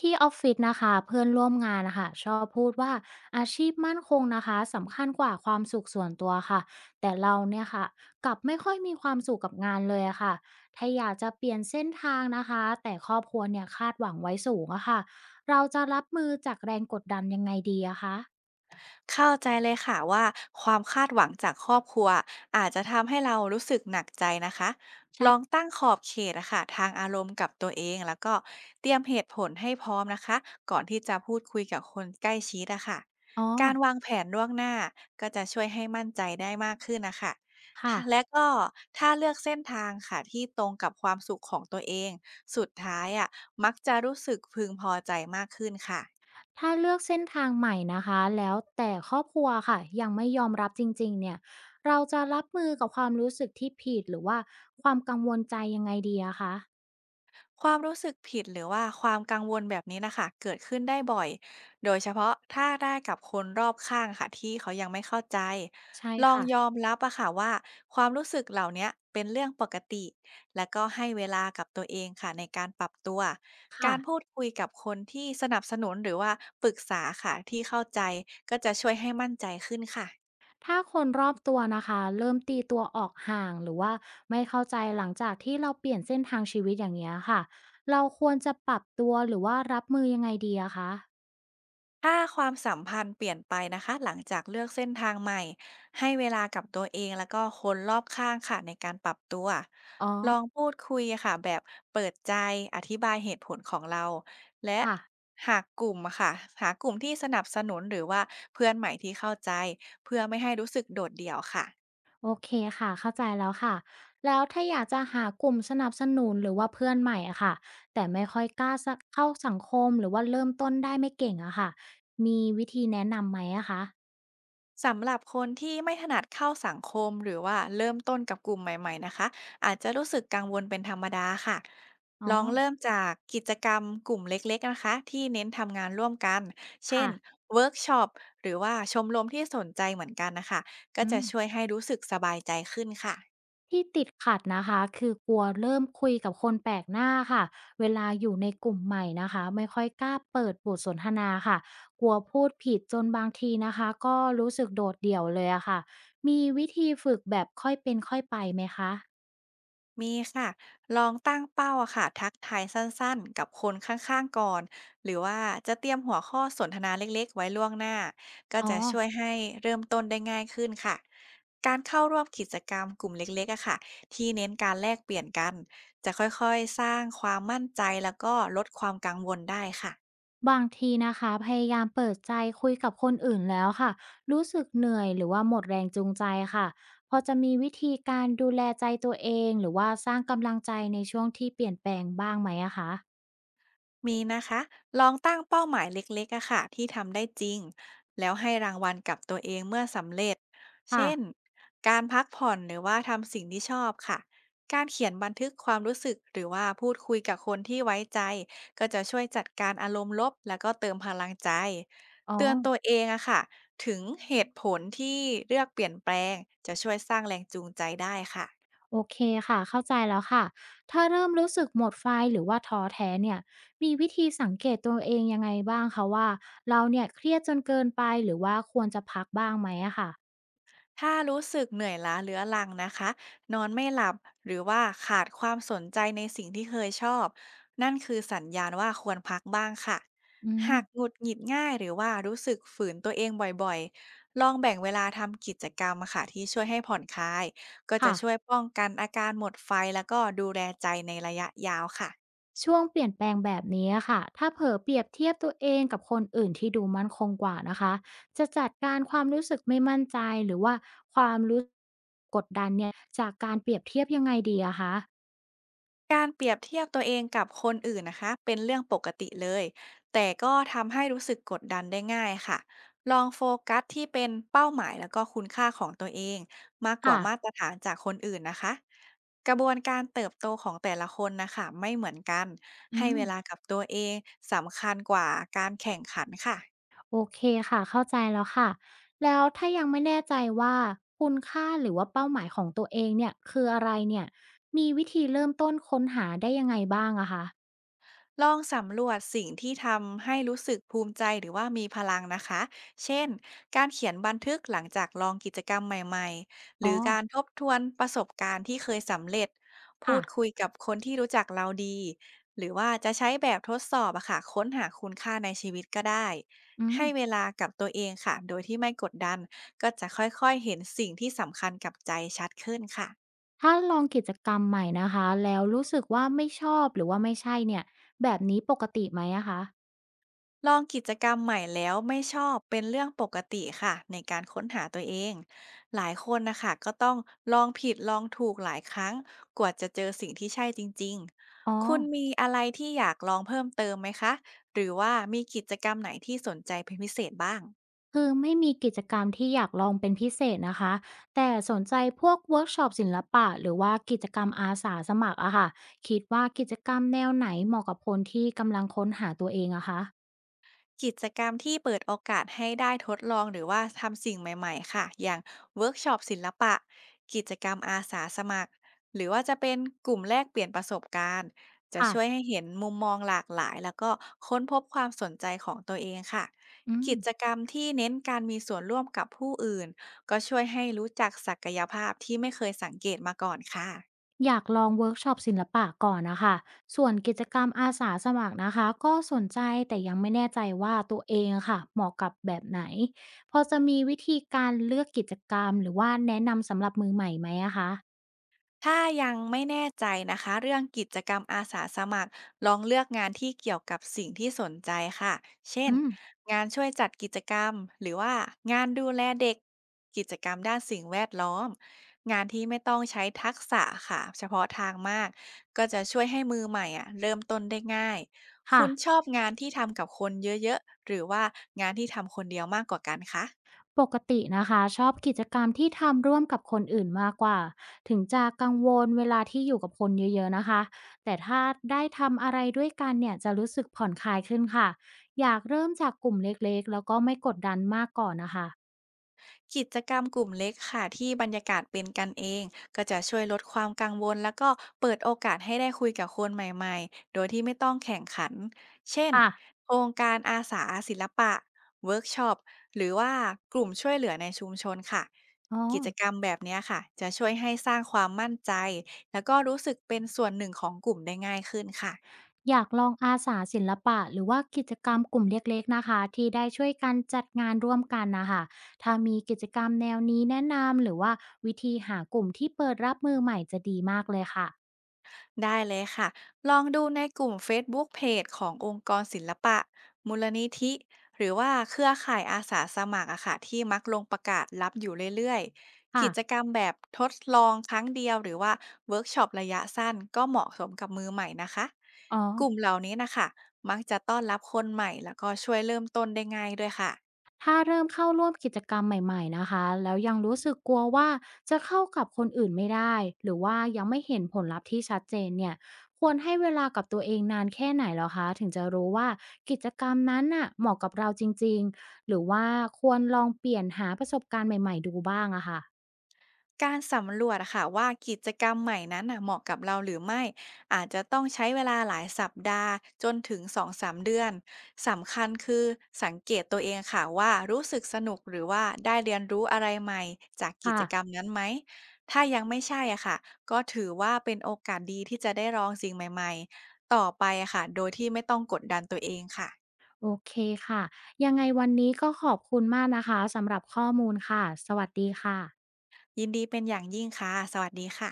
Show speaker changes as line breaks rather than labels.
ที่ออฟฟิศนะคะเพื่อนร่วมงานนะคะชอบพูดว่าอาชีพมั่นคงนะคะสำคัญกว่าความสุขส่วนตัวค่ะแต่เราเนี่ยค่ะกลับไม่ค่อยมีความสุขกับงานเลยอะค่ะถ้าอยากจะเปลี่ยนเส้นทางนะคะแต่ครอบครัวเนี่ยคาดหวังไว้สูงอะค่ะเราจะรับมือจากแรงกดดันยังไงดีอะคะ
เข้าใจเลยค่ะว่าความคาดหวังจากครอบครัวอาจจะทำให้เรารู้สึกหนักใจนะคะลองตั้งขอบเขตนะค่ะทางอารมณ์กับตัวเองแล้วก็เตรียมเหตุผลให้พร้อมนะคะก่อนที่จะพูดคุยกับคนใกล้ชิดอะค่ะ
อ๋อ
การวางแผนล่วงหน้าก็จะช่วยให้มั่นใจได้มากขึ้นนะคะ
ค่ะ
ถ้าและก็ถ้าเลือกเส้นทางค่ะที่ตรงกับความสุขของตัวเองสุดท้ายอะมักจะรู้สึกพึงพอใจมากขึ้นค่ะ
ถ้าเลือกเส้นทางใหม่นะคะแล้วแต่ครอบครัวค่ะยังไม่ยอมรับจริงๆเนี่ยเราจะรับมือกับความรู้สึกที่ผิดหรือว่าความกังวลใจยังไงดีอะคะ
ความรู้สึกผิดหรือว่าความกังวลแบบนี้นะคะเกิดขึ้นได้บ่อยโดยเฉพาะถ้าได้กับคนรอบข้างค่ะที่เขายังไม่เข้าใจ
ใช่
ลอง
ค่ะ
ยอมรับอะค่ะว่าความรู้สึกเหล่าเนี้ยเป็นเรื่องปกติและก็ให้เวลากับตัวเองค่ะในการปรับตัว
ค่ะ
การพูดคุยกับคนที่สนับสนุนหรือว่าปรึกษาค่ะที่เข้าใจก็จะช่วยให้มั่นใจขึ้นค่ะ
ถ้าคนรอบตัวนะคะเริ่มตีตัวออกห่างหรือว่าไม่เข้าใจหลังจากที่เราเปลี่ยนเส้นทางชีวิตอย่างเงี้ยค่ะเราควรจะปรับตัวหรือว่ารับมือยังไงดีอะคะ
ถ้าความสัมพันธ์เปลี่ยนไปนะคะหลังจากเลือกเส้นทางใหม่ให้เวลากับตัวเองแล้วก็คนรอบข้างค่ะในการปรับตัว
อ๋อ
ลองพูดคุยค่ะแบบเปิดใจอธิบายเหตุผลของเราและ
ค่ะ
หากกลุ่มอะค่ะหากลุ่มที่สนับสนุนหรือว่าเพื่อนใหม่ที่เข้าใจเพื่อไม่ให้รู้สึกโดดเดี่ยวค่ะ
โอเคค่ะเข้าใจแล้วค่ะแล้วถ้าอยากจะหากลุ่มสนับสนุนหรือว่าเพื่อนใหม่อะค่ะแต่ไม่ค่อยกล้าสักเข้าสังคมหรือว่าเริ่มต้นได้ไม่เก่งอะค่ะมีวิธีแนะนำไหมอะคะ
สำหรับคนที่ไม่ถนัดเข้าสังคมหรือว่าเริ่มต้นกับกลุ่มใหม่ๆนะคะอาจจะรู้สึกกังวลเป็นธรรมดาค่ะ
อ๋อ
ลองเริ่มจากกิจกรรมกลุ่มเล็กๆนะคะที่เน้นทำงานร่วมกันเช่น
ค่ะ
เวิร์กช็อปหรือว่าชมรมที่สนใจเหมือนกันนะคะก็
อื
จะ
ม
ช่วยให้รู้สึกสบายใจขึ้นค่ะ
ที่ติดขัดนะคะคือกลัวเริ่มคุยกับคนแปลกหน้าค่ะเวลาอยู่ในกลุ่มใหม่นะคะไม่ค่อยกล้าเปิดบทสนทนาค่ะกลัวพูดผิดจนบางทีนะคะก็รู้สึกโดดเดี่ยวเลยอะค่ะมีวิธีฝึกแบบค่อยเป็นค่อยไปไหมคะ
มีค่ะลองตั้งเป้าอะค่ะทักทายสั้นๆกับคนข้างๆก่อนหรือว่าจะเตรียมหัวข้อสนทนาเล็กๆไว้ล่วงหน้าก็
อ๋อ
จะช่วยให้เริ่มต้นได้ง่ายขึ้นค่ะการเข้าร่วมกิจกรรมกลุ่มเล็กๆอะค่ะที่เน้นการแลกเปลี่ยนกันจะค่อยๆสร้างความมั่นใจแล้วก็ลดความกังวลได้ค่ะ
บางทีนะคะพยายามเปิดใจคุยกับคนอื่นแล้วค่ะรู้สึกเหนื่อยหรือว่าหมดแรงจูงใจค่ะพอจะมีวิธีการดูแลใจตัวเองหรือว่าสร้างกำลังใจในช่วงที่เปลี่ยนแปลงบ้างไหมอะคะ
มีนะคะลองตั้งเป้าหมายเล็กๆอะค่ะที่ทำได้จริงแล้วให้รางวัลกับตัวเองเมื่อสำเร็จ
ค่ะ
เช่นการพักผ่อนหรือว่าทำสิ่งที่ชอบค่ะการเขียนบันทึกความรู้สึกหรือว่าพูดคุยกับคนที่ไว้ใจก็จะช่วยจัดการอารมณ์ลบแล้วก็เติมพลังใจ
อ๋อ
เตือนตัวเองอะค่ะถึงเหตุผลที่เลือกเปลี่ยนแปลงจะช่วยสร้างแรงจูงใจได้ค่ะ
โอเคค่ะเข้าใจแล้วค่ะถ้าเริ่มรู้สึกหมดไฟหรือว่าท้อแท้เนี่ยมีวิธีสังเกตตัวเองยังไงบ้างคะว่าเราเนี่ยเครียดจนเกินไปหรือว่าควรจะพักบ้างไหมอะค่ะ
ถ้ารู้สึกเหนื่อยล้าเรื้อรังนะคะนอนไม่หลับหรือว่าขาดความสนใจในสิ่งที่เคยชอบนั่นคือสัญญาณว่าควรพักบ้างค่ะ
อื
หากห
ม
งุดหงิดง่ายหรือว่ารู้สึกฝืนตัวเองบ่อยๆลองแบ่งเวลาทำกิจกรรมค่ะที่ช่วยให้ผ่อนคลายก็จะ
ค่ะ
ช่วยป้องกันอาการหมดไฟแล้วก็ดูแลใจในระยะยาวค่ะ
ช่วงเปลี่ยนแปลงแบบนี้อะค่ะถ้าเผลอเปรียบเทียบตัวเองกับคนอื่นที่ดูมั่นคงกว่านะคะ จะจัดการความรู้สึกไม่มั่นใจหรือว่าความรู้สึกกดดันเนี่ยจากการเปรียบเทียบยังไงดีอะคะ
การเปรียบเทียบตัวเองกับคนอื่นนะคะเป็นเรื่องปกติเลยแต่ก็ทำให้รู้สึกกดดันได้ง่ายค่ะลองโฟกัสที่เป็นเป้าหมายแล้วก็คุณค่าของตัวเองมากกว่า
ค่ะ
มาตรฐานจากคนอื่นนะคะกระบวนการเติบโตของแต่ละคนนะคะไม่เหมือนกัน
อื
ให้
ม
เวลากับตัวเองสำคัญกว่าการแข่งขันค่ะ
โอเคค่ะเข้าใจแล้วค่ะแล้วถ้ายังไม่แน่ใจว่าคุณค่าหรือว่าเป้าหมายของตัวเองเนี่ยคืออะไรเนี่ย มีวิธีเริ่มต้นค้นหาได้ยังไงบ้างอะคะ
ลองสำรวจสิ่งที่ทำให้รู้สึกภูมิใจหรือว่ามีพลังนะคะ เช่น การเขียนบันทึกหลังจากลองกิจกรรมใหม่ๆ ห
อ๋อ
รือการทบทวนประสบการณ์ที่เคยสำเร็จ พู
ค่ะ
ดคุยกับคนที่รู้จักเราดี หรือว่าจะใช้แบบทดสอบอะค่ะค้นหาคุณค่าในชีวิตก็ได้
อืม
ให้เวลากับตัวเองค่ะโดยที่ไม่กดดัน ก็จะค่อยๆเห็นสิ่งที่สำคัญกับใจชัดขึ้นค่ะ
ถ้าลองกิจกรรมใหม่นะคะแล้วรู้สึกว่าไม่ชอบหรือว่าไม่ใช่เนี่ยแบบนี้ปกติไหมอะคะ
ลองกิจกรรมใหม่แล้วไม่ชอบเป็นเรื่องปกติค่ะในการค้นหาตัวเองหลายคนนะคะก็ต้องลองผิดลองถูกหลายครั้งกว่าจะเจอสิ่งที่ใช่จริง
อ๋อ
ๆคุณมีอะไรที่อยากลองเพิ่มเติมไหมคะหรือว่ามีกิจกรรมไหนที่สนใจเป็นพิเศษบ้าง
คือไม่มีกิจกรรมที่อยากลองเป็นพิเศษนะคะแต่สนใจพวกเวิร์กช็อปศิลปะหรือว่ากิจกรรมอาสาสมัครอะค่ะคิดว่ากิจกรรมแนวไหนเหมาะกับคนที่กำลังค้นหาตัวเองอะคะ
กิจกรรมที่เปิดโอกาสให้ได้ทดลองหรือว่าทำสิ่งใหม่ๆค่ะ อย่างเวิร์กช็อปศิลปะ กิจกรรมอาสาสมัครหรือว่าจะเป็นกลุ่มแลกเปลี่ยนประสบการณ์จะ
ค่ะ
ช่วยให้เห็นมุมมองหลากหลายแล้วก็ค้นพบความสนใจของตัวเองค่ะ
อืม
กิจกรรมที่เน้นการมีส่วนร่วมกับผู้อื่นก็ช่วยให้รู้จักศักยภาพที่ไม่เคยสังเกตมาก่อนค่ะ
อยากลองเวิร์กช็อปศิลปะก่อนนะคะส่วนกิจกรรมอาสาสมัครนะคะก็สนใจแต่ยังไม่แน่ใจว่าตัวเองค่ะเหมาะกับแบบไหนพอจะมีวิธีการเลือกกิจกรรมหรือว่าแนะนำสำหรับมือใหม่ไหมอะคะ
ถ้ายังไม่แน่ใจนะคะเรื่องกิจกรรมอาสาสมัครลองเลือกงานที่เกี่ยวกับสิ่งที่สนใจค่ะเช่น
อืม
งานช่วยจัดกิจกรรมหรือว่างานดูแลเด็กกิจกรรมด้านสิ่งแวดล้อมงานที่ไม่ต้องใช้ทักษะค่ะเฉพาะทางมากก็จะช่วยให้มือใหม่อ่ะเริ่มต้นได้ง่าย
ค่ะ
คุณชอบงานที่ทำกับคนเยอะๆหรือว่างานที่ทำคนเดียวมากกว่ากันคะ
ปกตินะคะชอบกิจกรรมที่ทำร่วมกับคนอื่นมากกว่าถึงจะกังวลเวลาที่อยู่กับคนเยอะๆนะคะแต่ถ้าได้ทำอะไรด้วยกันเนี่ยจะรู้สึกผ่อนคลายขึ้นค่ะอยากเริ่มจากกลุ่มเล็กๆแล้วก็ไม่กดดันมากก่อนนะคะ
กิจกรรมกลุ่มเล็กค่ะที่บรรยากาศเป็นกันเองก็จะช่วยลดความกังวลแล้วก็เปิดโอกาสให้ได้คุยกับคนใหม่ๆโดยที่ไม่ต้องแข่งขันเช่น
ค่ะ
โครงการอาสาศิลปะเวิร์กช็อปหรือว่ากลุ่มช่วยเหลือในชุมชนค่ะ
อ๋อ
กิจกรรมแบบเนี้ยค่ะจะช่วยให้สร้างความมั่นใจแล้วก็รู้สึกเป็นส่วนหนึ่งของกลุ่มได้ง่ายขึ้นค่ะ
อยากลองอาสาศิลปะหรือว่ากิจกรรมกลุ่มเล็กๆนะคะ ที่ได้ช่วยกันจัดงานร่วมกันนะค่ะถ้ามีกิจกรรมแนวนี้แนะนำหรือว่าวิธีหากลุ่มที่เปิดรับมือใหม่จะดีมากเลยค่ะ
ได้เลยค่ะ ลองดูในกลุ่ม Facebook Page ขององค์กรศิลปะมูลนิธิหรือว่าเครือข่ายอาสาสมัครอะค่ะที่มักลงประกาศรับอยู่เรื่อยๆ
ค่ะ
กิจกรรมแบบทดลองครั้งเดียวหรือว่าเวิร์กช็อประยะสั้นก็เหมาะสมกับมือใหม่นะคะ
อ๋อ
กลุ่มเหล่านี้นะคะมักจะต้อนรับคนใหม่แล้วก็ช่วยเริ่มต้นได้ง่ายด้วยค่ะ
ถ้าเริ่มเข้าร่วมกิจกรรมใหม่ๆนะคะแล้วยังรู้สึกกลัวว่าจะเข้ากับคนอื่นไม่ได้หรือว่ายังไม่เห็นผลลัพธ์ที่ชัดเจนเนี่ยควรให้เวลากับตัวเองนานแค่ไหนเหรอคะถึงจะรู้ว่ากิจกรรมนั้นน่ะเหมาะกับเราจริงๆหรือว่าควรลองเปลี่ยนหาประสบการณ์ใหม่ๆดูบ้างอะค่ะ
การสำรวจอะค่ะว่ากิจกรรมใหม่นั้นน่ะเหมาะกับเราหรือไม่อาจจะต้องใช้เวลาหลายสัปดาห์จนถึง2-3เดือนสำคัญคือสังเกตตัวเองค่ะว่ารู้สึกสนุกหรือว่าได้เรียนรู้อะไรใหม่จากกิจ
ค่ะ
กรรมนั้นไหมถ้ายังไม่ใช่อะค่ะก็ถือว่าเป็นโอกาสดีที่จะได้ลองสิ่งใหม่ๆต่อไปอะค่ะโดยที่ไม่ต้องกดดันตัวเองค่ะ
โอเคค่ะยังไงวันนี้ก็ขอบคุณมากนะคะสำหรับข้อมูลค่ะสวัสดีค่ะ
ยินดีเป็นอย่างยิ่งค่ะสวัสดีค่ะ